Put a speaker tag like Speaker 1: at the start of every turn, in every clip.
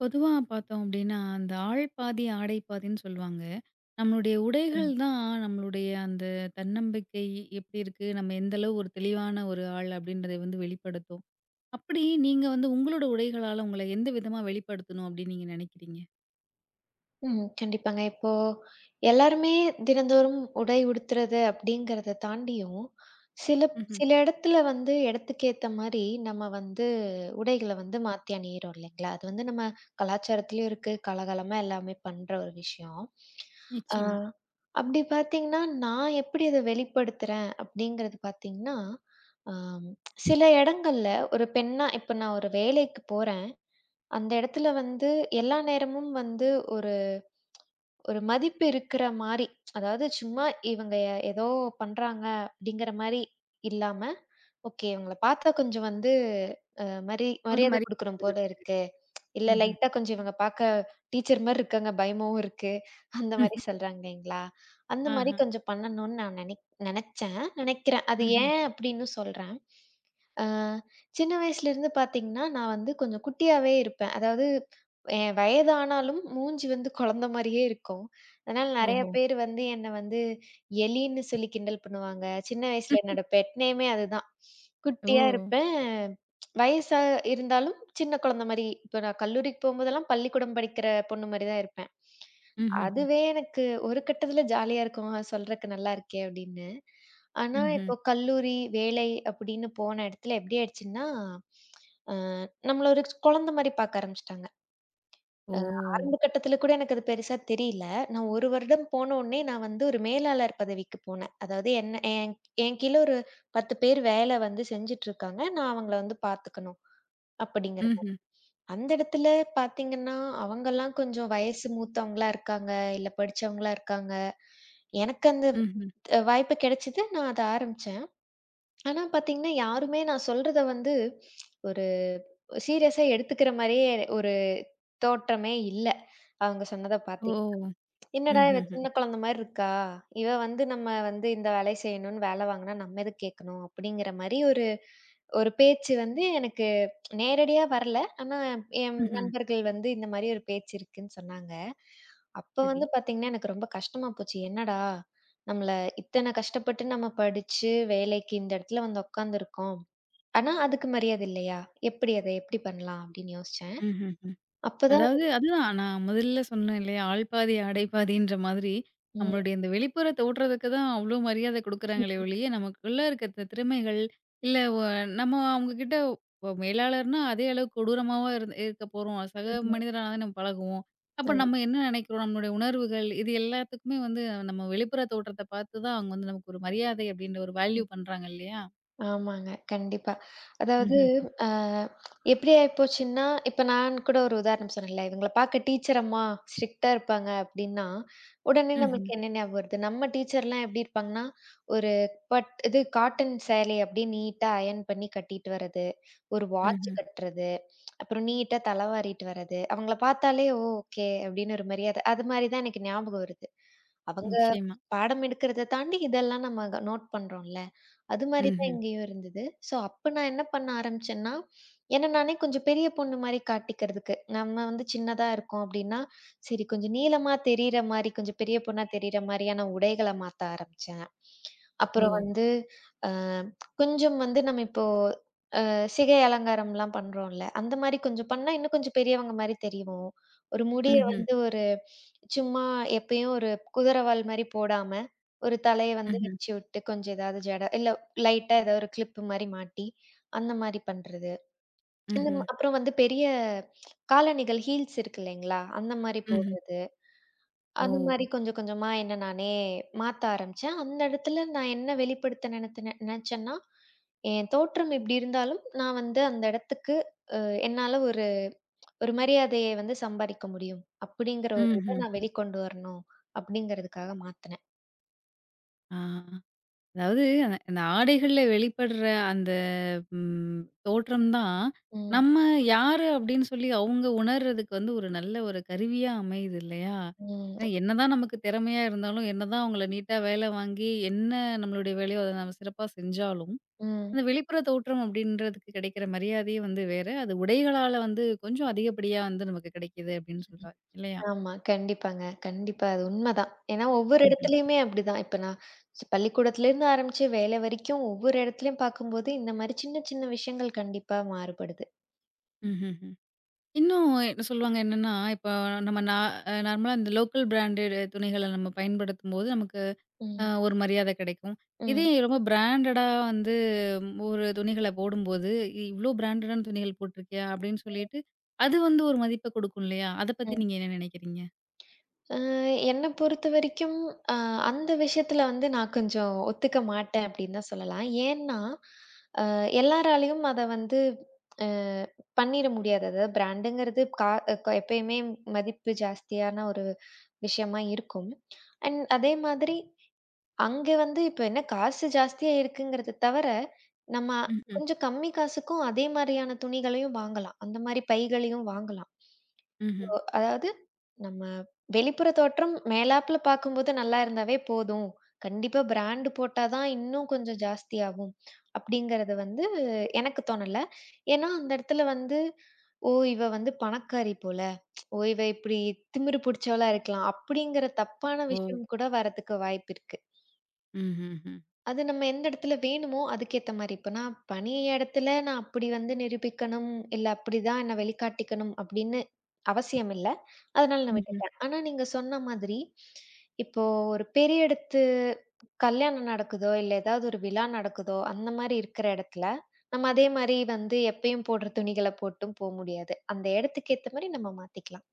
Speaker 1: பொதுவா பார்த்தோம் அப்டின்னா, அந்த ஆள் பாதி, ஆடை பாதின்னு சொல்லுவாங்க. நம்மளுடைய உடைகள்
Speaker 2: ம்.
Speaker 1: தான் நம்மளுடைய அந்த தன்னம்பிக்கை எப்டி இருக்கு? நம்ம எந்த அளவு ஒரு தெளிவான ஒரு ஆள் அப்டின்றத வந்து வெளிப்படுத்தும். அப்படி நீங்க வந்து உங்களோட உடைகளால உங்கள எந்த விதமா வெளிப்படுத்தணும் அப்டின்னு நீங்க நெனைக்கிறீங்க?
Speaker 2: ம். கண்டிப்பாங்க. இப்போ எல்லாருமே தினந்தோறும் உடை உடுத்துறது அப்படிங்கிறத தாண்டியும், சில
Speaker 1: ம்ஹ்ம்.
Speaker 2: சில இடத்துல வந்து இடத்துக்கு ஏத்த மாரி நம்ம வந்து உடைகள வந்து மாத்தி அணியிறோம் இல்லைங்களா? அது வந்து நம்ம கலாச்சாரத்திலயும் இருக்கு. காலகாலமா எல்லாமே பண்ற ஒரு விஷயம். ஆ
Speaker 1: நிச்சயமா.
Speaker 2: அப்படி பார்த்தீங்கன்னா, நான் எப்படி அத வெளிப்படுத்துறேன் அப்படிங்கிறது பார்த்தீங்கன்னா, ஆம் சில இடங்கள்ல ஒரு பெண்ணா இப்ப நான் ஒரு வேலைக்கு போறேன். அந்த இடத்துல வந்து எல்லா நேரமும் வந்து ஒரு மதிப்பு இருக்கிற மாரி, அதாவது சும்மா இவங்க ஏதோ பண்றாங்க அப்படிங்கிற மாரி இல்லாம, ஓகே இவங்கள பார்த்தா கொஞ்சம் வந்து அ மரி
Speaker 1: ஒரு
Speaker 2: மரியாதை
Speaker 1: மரியாதை
Speaker 2: குடுக்கணும் போல
Speaker 1: வருது.
Speaker 2: இருக்கு. இல்ல
Speaker 1: ம்ஹ்ம்.
Speaker 2: லைட்டா கொஞ்சம் இவங்க பார்க்க டீச்சர் மாரி இருக்காங்க, பயமாவும் இருக்கு. அந்த மாரி சொல்றாங்க இல்லைங்களா? அந்த மாரி
Speaker 1: ஆஹா.
Speaker 2: கொஞ்சம் பண்ணணும்னு நான் நெனச்சேன். நெனைக்கிறேன். அது
Speaker 1: ம்ஹ்ம்.
Speaker 2: ஏன் அப்படின்னு சொல்றேன். ஆ சின்ன வயசுலேருந்து பார்த்தீங்கன்னா, நான் வந்து கொஞ்சம் குட்டியாவே இருப்பேன். அதாவது என் வயதானாலும் மூஞ்சி வந்து குழந்த மாரியே இருக்கும். அதனால நெறைய
Speaker 1: ஓஹோ!
Speaker 2: பேர் வந்து என்ன வந்து எலின்னு சொல்லி கிண்டல் பண்ணுவாங்க. சின்ன வயசுல என்னோட பெட் நேமே அதுதான்.
Speaker 1: ஓ!
Speaker 2: குட்டியா இருப்பேன். வயசா இருந்தாலும் சின்ன குழந்தை மாரி. இப்ப நான் கல்லூரிக்கு போம்போதெல்லாம் பள்ளிக்கூடம் படிக்கிற பொண்ணு மாரி தான் இருப்பேன்.
Speaker 1: ம்ஹ்ஹ்ம்.
Speaker 2: அதுவே எனக்கு ஒரு கட்டத்தில ஜாலியா இருக்கும். "ஆ சொல்றக்கு நல்லா இருக்கே!" அப்படின்னு. ஆனா,
Speaker 1: ம்ஹ்ம்.
Speaker 2: இப்போ கல்லூரி, வேலை அப்படின்னு போன இடத்துல எப்படி ஆயிடுச்சுன்னா, அ நம்மள ஒரு குழந்தை மாரி பார்க்க ஆரம்பிச்சுட்டாங்க.
Speaker 1: ஓ!
Speaker 2: அ ஆரம்ப கட்டத்தில கூட எனக்கு அது பெருசா தெரியல. நான் 1 வருடம் போன உடனே நான் வந்து ஒரு மேலாளர் பதவிக்கு போனேன். அதாவது என்ன என் என் கீழ ஒரு 10 பேர் வேலை வந்து செஞ்சுட்டுருக்காங்க. நான் அவங்கள வந்து பார்த்துக்கணும் அப்படிங்கிறது.
Speaker 1: ம்ஹ்ம்.
Speaker 2: அந்த இடத்துல பார்த்தீங்கன்னா, அவங்கலாம் கொஞ்சம் வயசு மூத்தவங்களா இருக்காங்க, இல்ல படிச்சவங்களா இருக்காங்க. எனக்கு அந்த
Speaker 1: ம்ஹ்ம்.
Speaker 2: வாய்ப்பு கிடைச்சது. நான் அத ஆரம்பிச்சேன். ஆனா பாத்தீங்கன்னா, யாருமே நான் சொல்றத வந்து ஒரு சீரியஸா எடுத்துக்கிற மாரியே ஒரு தோற்றமே இல்ல. அவங்க சொன்னத
Speaker 1: ஓ!
Speaker 2: பாத்தீங் என்னடா இவ
Speaker 1: ம்ஹ்ஹ்ம்.
Speaker 2: சின்ன குழந்த மாரி இருக்கா! இவ வந்து நம்ம வந்து இந்த வேலைய செய்யணும்னு வேல வாங்குனா, நம்ம எதுக்கு கேட்கணும்? அப்படிங்கிற மாரி ஒரு ஒரு பேச்சு வந்து எனக்கு நேரடியா வரல. ஆனா என்
Speaker 1: ம்ஹ்ம்.
Speaker 2: நண்பர்கள் வந்து இந்த மாரி ஒரு பேச்சு இருக்குன்னு சொன்னாங்க. அப்ப
Speaker 1: சரி.
Speaker 2: வந்து பாத்தீங்கன்னா, எனக்கு ரொம்ப கஷ்டமா போச்சு. என்னடா! நம்மள இத்தன கஷ்டப்பட்டு நம்ம படிச்சு, வேலைக்கு இந்த இடத்துல வந்து உட்காந்துருக்கோம். ஆனா, அதுக்கு மரியாதை இல்லையா? எப்படி அத எப்படி பண்ணலாம் அப்படின்னு யோசிச்சேன்.
Speaker 1: ம்ஹ்ஹ்ம்.
Speaker 2: அப்பதான்
Speaker 1: அதாவது அதுதான் நான் முதல்ல சொன்னேன் இல்லையா? ஆள் பாதி, ஆடை பாதின்ற மாதிரி,
Speaker 2: ம்,
Speaker 1: நம்மளுடைய இந்த வெளிப்புற தோற்றத்துக்கு தான் அவ்ளோ மரியாதை குடுக்குறாங்களே ஒழிய, நமக்குள்ள இருக்க திறமைகள், இல்ல நம்ம அவுங்ககிட்ட மேலாளர்னா அதே அளவு கொடூரமாவா இருக்க போறோம். சக
Speaker 2: ம்.
Speaker 1: மனிதரா தான நம்ம பழகுவோம்.
Speaker 2: அ
Speaker 1: அப்ப நம்ம என்ன நினைக்கிறோம்? நம்மளுடைய உணர்வுகள், இது எல்லாத்துக்குமே வந்து நம்ம வெளிப்புற தோற்றத்த பார்த்து தான் அவுங்க வந்து நமக்கு ஒரு மரியாதை அப்டின்ற ஒரு வேல்யூ பண்றாங்க இல்லையா?
Speaker 2: ஆமாங்க. கண்டிப்பா. அதாவது
Speaker 1: ம்ஹ்ம்.
Speaker 2: அ எப்படி ஆயிப்போச்சுன்னா, இப்ப நான் கூட ஒரு உதாரணம் சொன்னேன்ல, இவங்கள பாக்க டீச்சர் அம்மா ஸ்ட்ரிக்ட்டா இருப்பாங்க அப்படின்னா, உடனே
Speaker 1: ம்ஹ்ம்.
Speaker 2: நம்மளுக்கு என்ன ஞாபகம் வருது? நம்ம டீச்சர்லாம் எப்படி இருப்பாங்கன்னா, ஒரு பட் இது காட்டன் சேலைய அப்படியே நீட்டா அயர்ன் பண்ணி கட்டிட்டு வர்றது, ஒரு வாட்ச்
Speaker 1: ம்ஹ்ம்.
Speaker 2: கட்டுறது, அப்புறம் நீட்டா தலவாரிட்டு வர்றது. அவங்கள பார்த்தாலே, "ஓ! ஓகே" அப்படின்னு ஒரு மரியாதை. அது மாரி தான் எனக்கு ஞாபகம் வருது. அவங்க
Speaker 1: நிச்சயமா.
Speaker 2: பாடம் எடுக்கிறத தாண்டி இதெல்லாம் நம்ம நோட் பண்றோம்ல. அது மாரி தான்
Speaker 1: ம்ஹ்ம்.
Speaker 2: இங்கேயும் இருந்தது. ஸோ, அப்ப நான் என்ன பண்ண ஆரம்பிச்சேன்னா, என்ன நானே கொஞ்சம் பெரிய பொண்ணு மாரி காட்டிக்கிறதுக்கு. நம்ம வந்து சின்னதா இருக்கோம் அப்டின்னா, சரி கொஞ்சம் நீளமா தெரியிற மாரி, கொஞ்சம் பெரிய பொண்ணா தெரியிற மாரியான உடைகள மாத்த ஆரம்பிச்சேன். அப்புறம்
Speaker 1: ஓ!
Speaker 2: வந்து, அ கொஞ்சம் வந்து நம்ம இப்போ சிகை அலங்காரம்லாம் பண்றோம்ல. அந்த மாரி கொஞ்சம் பண்ணா இன்னும் கொஞ்சம் பெரியவங்க மாரி தெரிவோம். ஒரு முடிய
Speaker 1: ம்ஹ்ம்.
Speaker 2: வந்து ஒரு சும்மா எப்பயும் ஒரு குதிரவால் மாரி போடாம, ஒரு தலைய வந்து
Speaker 1: ம்ஹ்ம்.
Speaker 2: விரிச்சு விட்டு கொஞ்சம் ஏதாவது ஜட இல்ல லைட்டா ஏதாவது ஒரு கிளிப் மாரி மாட்டி, அந்த மாரி பண்றது. இந்த
Speaker 1: ம்ஹ்ம்.
Speaker 2: அப்புறம் வந்து பெரிய காலணிகள் ஹீல்ஸ் இருக்கு இல்லைங்களா? அந்த மாரி
Speaker 1: ம்ஹ்ம்.
Speaker 2: போடுறது.
Speaker 1: ஓ!
Speaker 2: அது மாரி கொஞ்சம் கொஞ்சமா என்ன நானே மாத்த ஆரம்பிச்சேன். அந்த இடத்துல நான் என்ன வெளிப்படுத்த நினைச்சேன்னா, என் தோற்றம் எப்படி இருந்தாலும், நான் வந்து அந்த இடத்துக்கு அ என்னால ஒரு ஒரு மரியாதைய வந்து சம்பாதிக்க முடியும். அப்படிங்கிற ஒரு இத
Speaker 1: ம்ஹ்ம்.
Speaker 2: நான் வெளிக்கொண்டு வரணும். அப்படிங்கிறதுக்காக மாத்துனேன்.
Speaker 1: ஆ. அதாவது அந்த அந்த ஆடைகள்ல வெளிப்படுற அந்த தோற்றம் தான்,
Speaker 2: ம்.
Speaker 1: நம்ம யாரு அப்படின்னு சொல்லி அவங்க உணர்றதுக்கு வந்து ஒரு நல்ல ஒரு கருவியா அமையுது இல்லையா?
Speaker 2: ம்.
Speaker 1: ஏன்னா என்னதான் நமக்கு திறமையா இருந்தாலும், என்னதான் அவங்கள நீட்டா வேலை வாங்கி, என்ன நம்மளுடைய வேலையோ அத நம்ம சிறப்பா செஞ்சாலும்,
Speaker 2: ம்.
Speaker 1: அந்த வெளிப்புற தோற்றம் அப்படின்றதுக்கு கிடைக்கிற மரியாதையே வந்து வேற. அது உடைகளால வந்து கொஞ்சம் அதிகப்படியா வந்து நமக்கு கிடைக்குது அப்படின்னு சொல்ல இல்லையா?
Speaker 2: ஆமா. கண்டிப்பாங்க. கண்டிப்பா. அது உண்மதான். ஏன்னா ஒவ்வொரு
Speaker 1: ம்ஹ்ம்.
Speaker 2: இடத்துலயுமே அப்படிதான். இப்ப நான் பள்ளிக்கூடத்திலேருந்து ஆரம்பிச்சு வேலை வரைக்கும் ஒவ்வொரு இடத்துலயும் பார்க்கும்போது, இந்த மாரி சின்ன சின்ன விஷயங்கள் கண்டிப்பா மாறுபடுது.
Speaker 1: ம்ஹ்ஹ்ம். இன்னும் என்ன சொல்லுவாங்க என்னன்னா, இப்ப நம்ம நா அ நார்மலா இந்த லோக்கல் பிராண்டட் துணிகள நம்ம பயன்படுத்தும்போது, நமக்கு
Speaker 2: ம்.
Speaker 1: ஒரு மரியாதை கிடைக்கும். இதே
Speaker 2: ம்,
Speaker 1: ரொம்ப பிராண்டடா வந்து ஒரு துணிகள போடும்போது, "இவ்ளோ பிராண்டடான துணிகள் போட்டிருக்கியா?" அப்படின்னு சொல்லிட்டு, அது வந்து ஒரு மதிப்ப குடுக்கும் இல்லையா? அத பத்தி
Speaker 2: ம்.
Speaker 1: நீங்க என்ன நினைக்கிறீங்க?
Speaker 2: அ என்ன பொறுத்தவரைக்கும், அ அந்த விஷயத்துல வந்து நான் கொஞ்சம் ஒத்துக்க மாட்டேன் அப்படின்னு தான் சொல்லலாம். ஏன்னா, அ எல்லாராலயும் அத வந்து அ பண்ணிற முடியாது. அதாவது பிராண்டுங்கிறது கா அ, க எப்பயுமே மதிப்பு ஜாஸ்தியான ஒரு விஷயமா இருக்கும். அண்ட் அதே மாதிரி அங்க வந்து இப்ப என்ன காசு ஜாஸ்தியா இருக்குங்கிறத தவிர, நம்ம
Speaker 1: ம்ஹ்ம்,
Speaker 2: கொஞ்சம் கம்மி காசுக்கும் அதே மாரியான துணிகளையும் வாங்கலாம். அந்த மாரி பைகளையும் வாங்கலாம்.
Speaker 1: ம்ஹ்ம்.
Speaker 2: அதாவது நம்ம வெளிப்புற தோற்றம் மேலாப்புல பார்க்கும்போது நல்லா இருந்தாவே போதும். கண்டிப்பா பிராண்ட் போட்டா தான் இன்னும் கொஞ்சம் ஜாஸ்தியாகும். அப்படிங்கிறது வந்து எனக்கு தோணல. ஏன்னா, அந்த இடத்துல வந்து, "ஓ! இவ வந்து பணக்காரி போல. ஓ! இவ இப்படி திமிரு புடிச்சவளா இருக்கலாம்." அப்படிங்கிற தப்பான
Speaker 1: ஓ!
Speaker 2: விஷயம் கூட வரதுக்கு வாய்ப்பு இருக்கு.
Speaker 1: ம்ஹ்ஹ்ம்.
Speaker 2: அது நம்ம எந்த இடத்துல வேணுமோ அதுக்கேத்த மாரி. இப்ப நான் பணி இடத்துல நான் அப்படி வந்து நிரூபிக்கணும், இல்ல அப்படிதான் என்ன வெளிக்காட்டிக்கணும் அப்படின்னு அவசியம் இல்ல. அதனால நான் விட்டுட்டேன். ஆனா நீங்க சொன்ன மாதிரி, இப்போ ஒரு பெரிய இடத்து கல்யாணம் நடக்குதோ, இல்ல ஏதாவது ஒரு விழா நடக்குதோ, அந்த மாரி இருக்கிற இடத்துல, நம்ம அதே மாரி வந்து எப்பயும் போடுற துணிகள போட்டும் போ முடியாது. அந்த இடத்துக்கு ஏத்த மாரி நம்ம மாத்திக்கலாம்.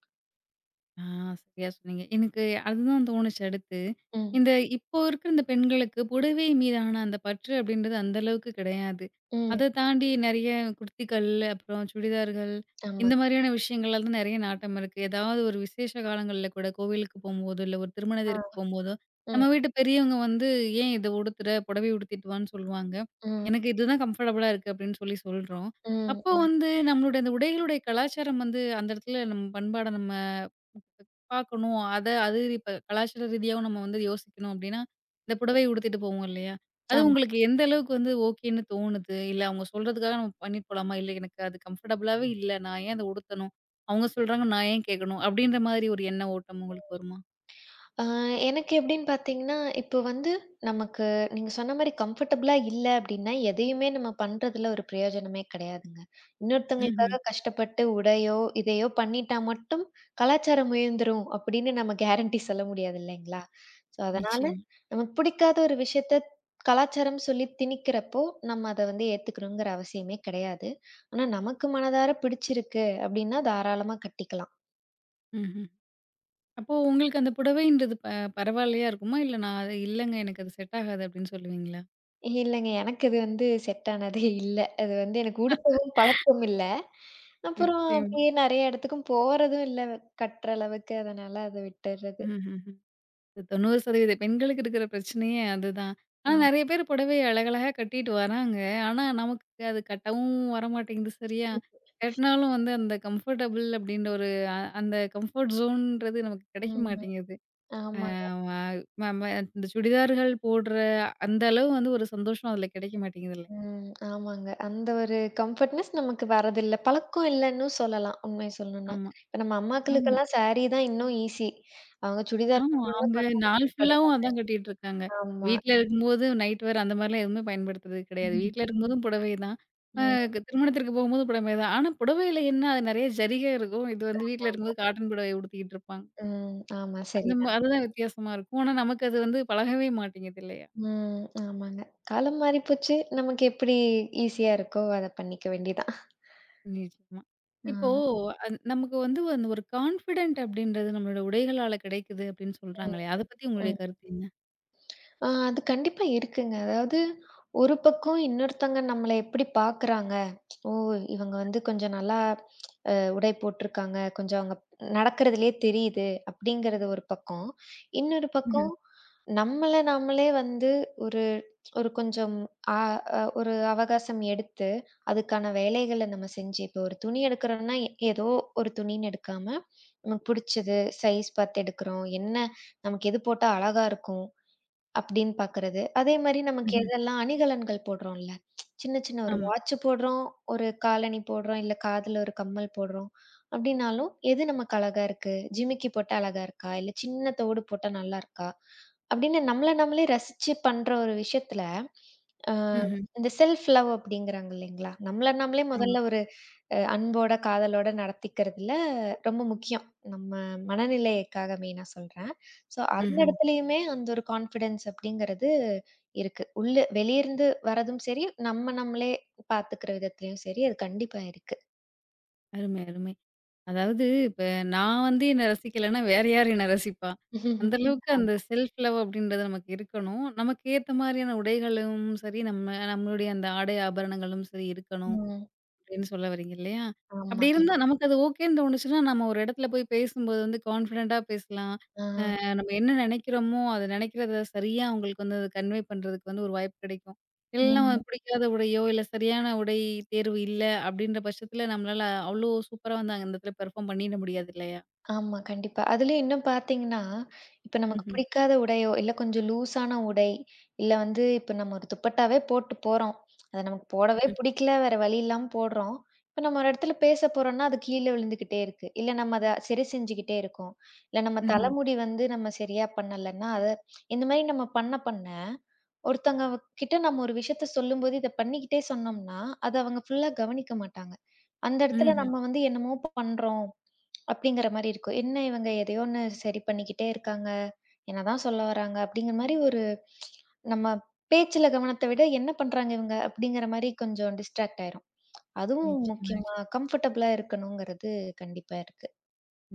Speaker 1: ஆ சரியா சொன்னீங்க. எனக்கு அதுதான் தோணுச்சு அடுத்து.
Speaker 2: ம்,
Speaker 1: இந்த இப்போ இருக்கிற இந்த பெண்களுக்கு புடவை மீதான அந்த பற்று அப்படின்றது அந்த அளவுக்கு கிடையாது.
Speaker 2: ம்.
Speaker 1: அத தாண்டி நெறைய குர்த்திகள், அப்புறம் சுடிதார்கள்
Speaker 2: ஆமா.
Speaker 1: இந்த மாதிரியான விஷயங்கள்ல தான் நெறைய நாட்டம் இருக்கு. ஏதாவது ஒரு விசேஷ காலங்கள்ல கூட கோவிலுக்கு போம்போதோ, இல்ல ஒரு
Speaker 2: ஆ.
Speaker 1: திருமணத்திற்கு போம்போதோ,
Speaker 2: ம்,
Speaker 1: நம்ம வீட்டு பெரியவங்க வந்து "ஏன் இத உடுத்துற? புடவை உடுத்திட்டு வான்னு" சொல்லுவாங்க.
Speaker 2: ம்,
Speaker 1: எனக்கு இதுதான் கம்ஃபர்டபுளா இருக்கு அப்படின்னு சொல்லி சொல்றோம்.
Speaker 2: ம்,
Speaker 1: அப்போ
Speaker 2: ம்.
Speaker 1: வந்து நம்மளுடைய அந்த உடைகளுடைய கலாச்சாரம் வந்து அந்த இடத்துல நம்ம பண்பாட நம்ம பார்க்கணும். அத அது இப்ப கலாச்சார ரீதியாவும் நம்ம வந்து யோசிக்கணும் அப்டின்னா, இந்த புடவை உடுத்திட்டு போவோம் இல்லையா? அது
Speaker 2: ஆமா.
Speaker 1: உங்களுக்கு எந்த அளவுக்கு வந்து ஓகேன்னு தோணுது? இல்ல அவங்க சொல்றதுக்காக நம்ம பண்ணிட்டு போலாமா? இல்ல எனக்கு அது கம்ஃபர்டபுளாவே இல்ல. நான் ஏன் அத உடுத்தணும்? அவங்க சொல்றாங்க நான் ஏன் கேட்கணும்? அப்டின்ற மாதிரி ஒரு எண்ண ஓட்டம் உங்களுக்கு வருமா?
Speaker 2: ஆ எனக்கு எப்படின்னு பார்த்தீங்கன்னா, இப்போ வந்து நமக்கு நீங்க சொன்ன மாரி கம்ஃபர்டபுளா இல்ல அப்படின்னா, எதையுமே நம்ம பண்றதுல ஒரு பிரயோஜனமே கிடையாதுங்க.
Speaker 1: ம்ஹ்ம்.
Speaker 2: இன்னொருத்தவங்களுக்காக கஷ்டப்பட்டு உடையோ, இதையோ பண்ணிட்டா மட்டும் கலாச்சாரம் உயர்ந்துரும் அப்படின்னு நம்ம கேரண்டி சொல்ல முடியாது இல்லைங்களா? ஸோ அதனால
Speaker 1: நிச்சயமா.
Speaker 2: நமக்கு பிடிக்காத ஒரு விஷயத்த கலாச்சாரம் சொல்லி திணிக்கிறப்போ, நம்ம அத வந்து ஏத்துக்கணுங்கிற அவசியமே கிடையாது. ஆனா நமக்கு மனதார பிடிச்சிருக்கு அப்படின்னா தாராளமா கட்டிக்கலாம்.
Speaker 1: ம்ஹ்ம். அப்போ உங்களுக்கு அந்த புடவைன்றது பரவாயில்லையா இருக்குமா? இல்ல நான் அது இல்லங்க எனக்கு அது செட் ஆகாது அப்டின்னு சொல்லுவீங்களா?
Speaker 2: இல்லங்க. எனக்கு அது வந்து செட் ஆனதே இல்ல. அது வந்து எனக்கு உடுத்தவும் பழக்கம் இல்ல. அப்புறம்
Speaker 1: நிச்சயமா.
Speaker 2: அப்படியே நெறைய இடத்துக்கும் போறதும் இல்ல கட்டுற அளவுக்கு. அதனால அத விட்டுறது.
Speaker 1: ம்ஹ்ம். 90% பெண்களுக்கு இருக்கிற பிரச்சனையே அதுதான். ஆனா
Speaker 2: ஆம்.
Speaker 1: நெறைய பேர் புடவைய அழகழகா கட்டிட்டு வராங்க. ஆனா நமக்கு அது கட்டவும் வரமாட்டேங்குது சரியா. கட்டினாலும் வந்து அந்த கம்ஃபர்டபுள் அப்டின்ற ஒரு அந்த கம்ஃபர்ட் ஜோன்ன்றது நமக்கு கிடைக்க
Speaker 2: ம்.
Speaker 1: மாட்டேங்குது.
Speaker 2: ஆமாங்க.
Speaker 1: ஆமா நம்ம இந்த சுடிதார்கள் போடுற அந்த அளவு வந்து ஒரு சந்தோஷம் அதுல கிடைக்க மாட்டேங்குதுல்ல.
Speaker 2: ம். ஆமாங்க. அந்த ஒரு கம்ஃபர்ட்னஸ் நமக்கு வரதில்ல. பழக்கம் இல்லன்னு சொல்லலாம். உண்மைய சொல்லணும்னா.
Speaker 1: ஆமா,
Speaker 2: இப்ப நம்ம
Speaker 1: ஆமா.
Speaker 2: அம்மாக்களுக்கெல்லாம் சாரி தான் இன்னும் ஈஸி. அவங்க சுடிதார்
Speaker 1: ஆமா.
Speaker 2: போடணும்னா
Speaker 1: அவங்க
Speaker 2: கொஞ்சம்
Speaker 1: நாள் ஃபுல்லாவும்
Speaker 2: கஷ்டப்படுவாங்க.
Speaker 1: அதான் கட்டிட்டு இருக்காங்க.
Speaker 2: ஆமா.
Speaker 1: வீட்ல இருக்கும்போது நைட் வேர் அந்த மாரிலாம் எதுவுமே பயன்படுத்துறது கிடையாது.
Speaker 2: ம்.
Speaker 1: வீட்ல இருக்கும்போதும் புடவை தான். அ
Speaker 2: ம்.
Speaker 1: திருமணத்திற்கு போகும்போது புடவை தான். ஆனா புடவையில என்ன அது நெறைய ஜரிகை இருக்கும். இது வந்து வீட்ல
Speaker 2: ஆமா.
Speaker 1: இருக்கும்போது காட்டன் புடவை உடுத்திக்கிட்டு இருப்பாங்க.
Speaker 2: ம். ஆமா.
Speaker 1: அந்த
Speaker 2: சரி.
Speaker 1: மா அதுதான் வித்தியாசமா இருக்கும். ஆனா நமக்கு அது வந்து பழகவே மாட்டேங்குது இல்லையா?
Speaker 2: ம். ஆமாங்க. காலம் மாறி போச்சு. நமக்கு எப்படி ஈஸியா இருக்கோ, அத பண்ணிக்க வேண்டியதான்.
Speaker 1: நிச்சயமா.
Speaker 2: ஆ,
Speaker 1: இப்போ நமக்கு வந்து அந்த ஒரு கான்ஃபிடன்ட் அப்படின்றது நம்மளோட உடைகளால கிடைக்குது அப்படின்னு
Speaker 2: ம்,
Speaker 1: சொல்றாங்களே, அத பத்தி உங்களுடைய
Speaker 2: ம்.
Speaker 1: கருத்து என்ன?
Speaker 2: அது கண்டிப்பா இருக்குங்க. அதாவது ஒரு பக்கம் இன்னொருத்தங்க நம்மள எப்படி பார்க்குறாங்க. ஓ! இவங்க வந்து கொஞ்சம் நல்லா உடை போட்டிருக்காங்க. கொஞ்சம் அவங்க நடக்கிறதிலேயே தெரியுது அப்படிங்கிறது ஒரு பக்கம். இன்னொரு
Speaker 1: ம்ஹ்ம்.
Speaker 2: பக்கம் நம்மள நாமளே வந்து ஒரு ஒரு கொஞ்சம் அ அ ஒரு அவகாசம் எடுத்து, அதுக்கான வேலைகள நம்ம செஞ்சு இப்போ ஒரு துணி எடுக்கிறோம்னா, ஏதோ ஒரு துணின்னு எடுக்காம, நமக்கு புடிச்சது சைஸ் பார்த்து எடுக்கிறோம். என்ன நமக்கு எது போட்டா அழகா இருக்கும்? அப்படின்னு பாக்குறது. அதே மாரி நமக்கு
Speaker 1: ம்ஹ்ம்.
Speaker 2: எதெல்லாம் அணிகலன்கள் போடுறோம்ல. சின்ன சின்ன ஒரு
Speaker 1: ஆமா.
Speaker 2: வாட்ச் போடுறோம், ஒரு காலணி போடுறோம், இல்ல காதுல ஒரு கம்மல் போடுறோம் அப்படின்னாலும், எது நமக்கு அழகா இருக்கு? ஜிமிக்கி போட்டா அழகா இருக்கா? இல்ல சின்ன தோடு போட்டா நல்லா இருக்கா? அப்படின்னு நம்மள நம்மளே ரசிச்சு பண்ற ஒரு விஷயத்துல, அ
Speaker 1: ம்ஹ்ம்.
Speaker 2: இந்த செல்ஃப் லவ் அப்படிங்கிறாங்க இல்லைங்களா? நம்மள நாமளே
Speaker 1: ஆமா.
Speaker 2: முதல்ல ஒரு அன்போட, காதலோட நடத்திக்கிறதுல ரொம்ப முக்கியம். நம்ம மனநிலைக்காக மெயினா சொல்றேன். ஸோ அந்த
Speaker 1: ம்ஹ்ம்.
Speaker 2: இடத்துலயுமே அந்த ஒரு கான்ஃபிடன்ஸ் அப்படிங்கிறது இருக்கு. உள்ள வெளியிருந்து வரதும் சரி, நம்ம நம்மளே பார்த்துக்கிற விதத்துலயும் சரி, அது கண்டிப்பா இருக்கு.
Speaker 1: அருமை, அருமை. அதாவது இப்ப நான் வந்து என்ன ரசிக்கலன்னா, வேற யார் என்ன ரசிப்பா? அந்த அளவுக்கு அந்த
Speaker 2: ஆமா.
Speaker 1: செல்ஃப் லவ் அப்படின்றது நமக்கு இருக்கணும். நமக்கு ஏத்த மாரியான உடைகளும் சரி, நம்ம நம்மளுடைய அந்த ஆடை ஆபரணங்களும் சரி இருக்கணும்
Speaker 2: ம்.
Speaker 1: அப்படின்னு சொல்ல வரீங்க இல்லையா?
Speaker 2: ஆமா.
Speaker 1: அப்படி ஆமா.
Speaker 2: கண்
Speaker 1: இருந்தா நமக்கு அது ஓகேன்னு தோணுச்சுன்னா, நம்ம ஒரு இடத்துல போய் பேசும்போது வந்து கான்ஃபிடென்ட்டா பேசலாம்.
Speaker 2: ஆ.
Speaker 1: நம்ம என்ன நினைக்கிறோமோ, அத நினைக்கிறத சரியா அவங்களுக்கு வந்து அத கன்வே பண்றதுக்கு வந்து ஒரு வாய்ப்பு கிடைக்கும். இல்லன்னா
Speaker 2: ம்.
Speaker 1: பிடிக்காத உடையோ, இல்ல சரியான உடை தேர்வு இல்ல அப்டின்ற பட்சத்துல நம்மளால அவ்ளோ சூப்பரா வந்து அந்த இடத்துல பெர்ஃபார்ம் பண்ணிட முடியாது இல்லையா?
Speaker 2: ஆமா, கண்டிப்பா. அதுலயும் இன்னும் பார்த்தீங்கன்னா, இப்ப நமக்கு
Speaker 1: ம்ஹ்ம்.
Speaker 2: பிடிக்காத உடையோ, இல்ல கொஞ்சம் லூஸான உடை, இல்ல வந்து இப்ப நம்ம ஒரு துப்பட்டாவே போட்டு போறோம். அத நமக்கு போடவே
Speaker 1: ம்ஹ்ம்.
Speaker 2: பிடிக்கல, வேற வழி இல்லாம போடுறோம். இப்ப நம்ம ஒரு இடத்துல பேச போறோம்னா, அது கீழ விழுந்துகிட்டே இருக்கு. இல்ல நம்ம அத சரி செஞ்சுகிட்டே இருக்கோம். இல்ல நம்ம
Speaker 1: ம்ஹ்ம்.
Speaker 2: தலைமுடி வந்து நம்ம சரியா பண்ணலன்னா, அத இந்த மாரி நம்ம பண்ண பண்ண, ஒருத்தவங்க கிட்ட நம்ம ஒரு விஷயத்த சொல்லும்போது, இத பண்ணிக்கிட்டே சொன்னோம்னா, அத அவங்க ஃபுல்லா கவனிக்க மாட்டாங்க. அந்த இடத்துல
Speaker 1: ம்ஹ்ம்.
Speaker 2: நம்ம வந்து என்னமோ பண்றோம். அப்படிங்கிற மாரி இருக்கும். என்ன இவங்க எதையோ ஒண்ணு சரி பண்ணிக்கிட்டே இருக்காங்க. என்னதான் சொல்ல வராங்க அப்படிங்கிற மாரி ஒரு நம்ம பேச்சுல கவனத்த விட என்ன பண்றாங்க இவங்க அப்படிங்கிற மாரி கொஞ்சம் டிஸ்ட்ராக்ட் ஆயிரும். அதுவும்
Speaker 1: நிச்சயமா, நிச்சயமா.
Speaker 2: முக்கியமா கம்ஃபர்டபுளா இருக்கணுங்கிறது கண்டிப்பா இருக்கு.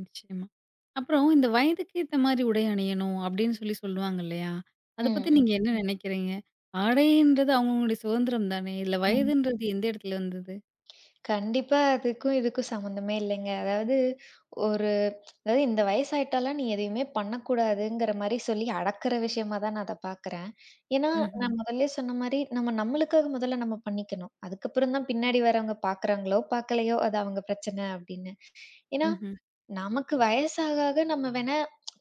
Speaker 1: நிச்சயமா. அப்புறம் இந்த வயதுக்கு ஏத்த மாரி உடை அணியணும் அப்டின்னு சொல்லி சொல்லுவாங்க இல்லையா? அத பத்தி
Speaker 2: ம்,
Speaker 1: நீங்க என்ன நினைக்கிறீங்க? ஆடைன்றது அவங்கவங்களுடைய சுதந்திரம் தானே! இதுல
Speaker 2: ம்.
Speaker 1: வயதுன்றது எந்த இடத்துல வந்தது?
Speaker 2: கண்டிப்பா அதுக்கும், இதுக்கும் சம்மந்தமே இல்லங்க. அதாவது ஒரு அதாவது இந்த வயசாயிட்டாலாம் நீ எதையுமே பண்ணக்கூடாதுங்கிற மாரி சொல்லி அடக்குற விஷயமா தான் நான் அத பார்க்குறேன். ஏன்னா,
Speaker 1: ம்ஹ்ம்.
Speaker 2: நான் முதல்லயே சொன்ன மாரி நம்ம நம்மளுக்காக முதல்ல நம்ம பண்ணிக்கணும். அதுக்கப்புறம் தான் பின்னாடி வரவங்க பார்க்குறாங்களோ, பார்க்கலையோ அது அவங்க பிரச்சனை அப்படின்னு. ஏன்னா,
Speaker 1: ம்ஹ்ம்.
Speaker 2: நமக்கு வயசாக, ஆக நம்ம வேணா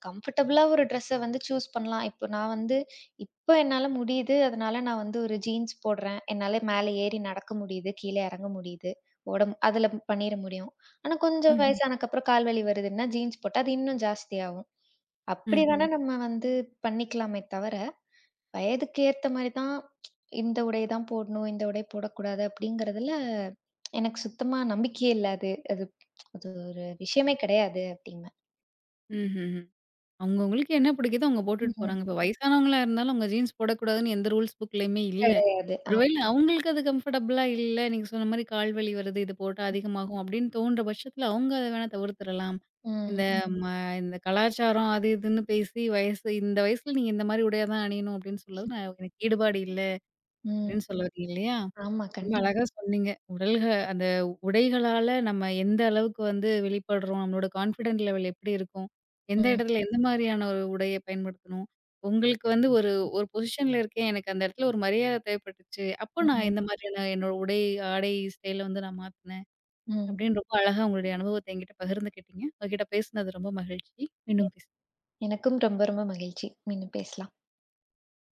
Speaker 2: கம்ஃபர்டபுளா ஒரு ட்ரெஸ்ஸ வந்து சூஸ் பண்ணலாம். இப்ப நான் வந்து இப்ப என்னால முடியுது. அதனால நான் வந்து ஒரு ஜீன்ஸ் போடுறேன். என்னால மேல ஏறி நடக்க முடியுது. கீழ இறங்க முடியுது. அதுல பண்ணிற முடியும். ஆனா கொஞ்சம்
Speaker 1: ம்ஹ்ம்.
Speaker 2: வயசானக்கப்புறம் கால் வலி வருதுன்னா, ஜீன்ஸ் போட்டா அது இன்னும் ஜாஸ்தியாகும். அப்படி
Speaker 1: ம்ஹ்ம்.
Speaker 2: வேணா நம்ம வந்து பண்ணிக்கலாமே தவிர, வயதுக்கு ஏத்த மாரி தான் இந்த உடை தான் போடணும், இந்த உடை போடக்கூடாது அப்படிங்கிறதுல எனக்கு சுத்தமா நம்பிக்கையே இல்ல அது. அது ஒரு விஷயமே கிடையாது அப்படிங்க.
Speaker 1: ம்ஹ்ம். அவங்க அவங்களுக்கு என்ன பிடிக்குதோ அவங்க போட்டுட்டு
Speaker 2: ம்.
Speaker 1: போறாங்க. இப்ப வயசானவங்களா இருந்தாலும் அவங்க ஜீன்ஸ் போடக்கூடாதுன்னு எந்த ரூல்ஸ் புக்லயுமே இல்ல.
Speaker 2: கிடையாது. ஆ.
Speaker 1: ஒருவேளை அவங்களுக்கு அது கம்ஃபர்டபுளா இல்ல, நீங்க சொன்ன மாரி கால் வலி வருது, இது போட்டா அதிகமாகும் அப்படின்னு தோன்ற பட்சத்துல அவங்க அத வேணா தவிர்த்துறலாம். இந்த
Speaker 2: ம்.
Speaker 1: ம். ம இந்த கலாச்சாரம் அது இதுன்னு பேசி இந்த வயசுல நீங்க இந்த மாரி உடைய தான் அணியணும் அப்படின்னு சொல்றது நான் எனக்கு ஈடுபாடு இல்ல
Speaker 2: ம்.
Speaker 1: அப்படின்னு சொல்ல வரீங்க இல்லையா?
Speaker 2: ஆமா.
Speaker 1: ரொம்ப
Speaker 2: கண்டிப்பா.
Speaker 1: அழகா சொன்னீங்க. அந்த உடைகளால நம்ம எந்த அளவுக்கு வந்து வெளிப்படுறோம், நம்மளோட கான்ஃபிடென்ட் லெவல் எப்படி இருக்கும், எந்த
Speaker 2: ம்.
Speaker 1: இடத்துல எந்த மாரியான ஒரு உடைய பயன்படுத்தணும். உங்களுக்கு வந்து ஒரு ஒரு பொசிஷன்ல இருக்கேன், எனக்கு அந்த இடத்துல ஒரு மரியாதை தேவைப்பட்டுச்சு. அப்போ நான்
Speaker 2: ம்.
Speaker 1: இந்த மாதிரியான என்னோட உடை, ஆடை, ஸ்டைல வந்து நான் மாத்துனேன்.
Speaker 2: ம்.
Speaker 1: அப்படின்னு ரொம்ப அழகா உங்களுடைய அனுபவத்த என்கிட்ட பகிர்ந்துக்கிட்டீங்க. உங்ககிட்ட பேசினது ரொம்ப மகிழ்ச்சி.
Speaker 2: எ
Speaker 1: மீண்டும் பேசலாம்.
Speaker 2: எனக்கும் ரொம்ப ரொம்ப மகிழ்ச்சி. மீண்டும் பேசலாம்.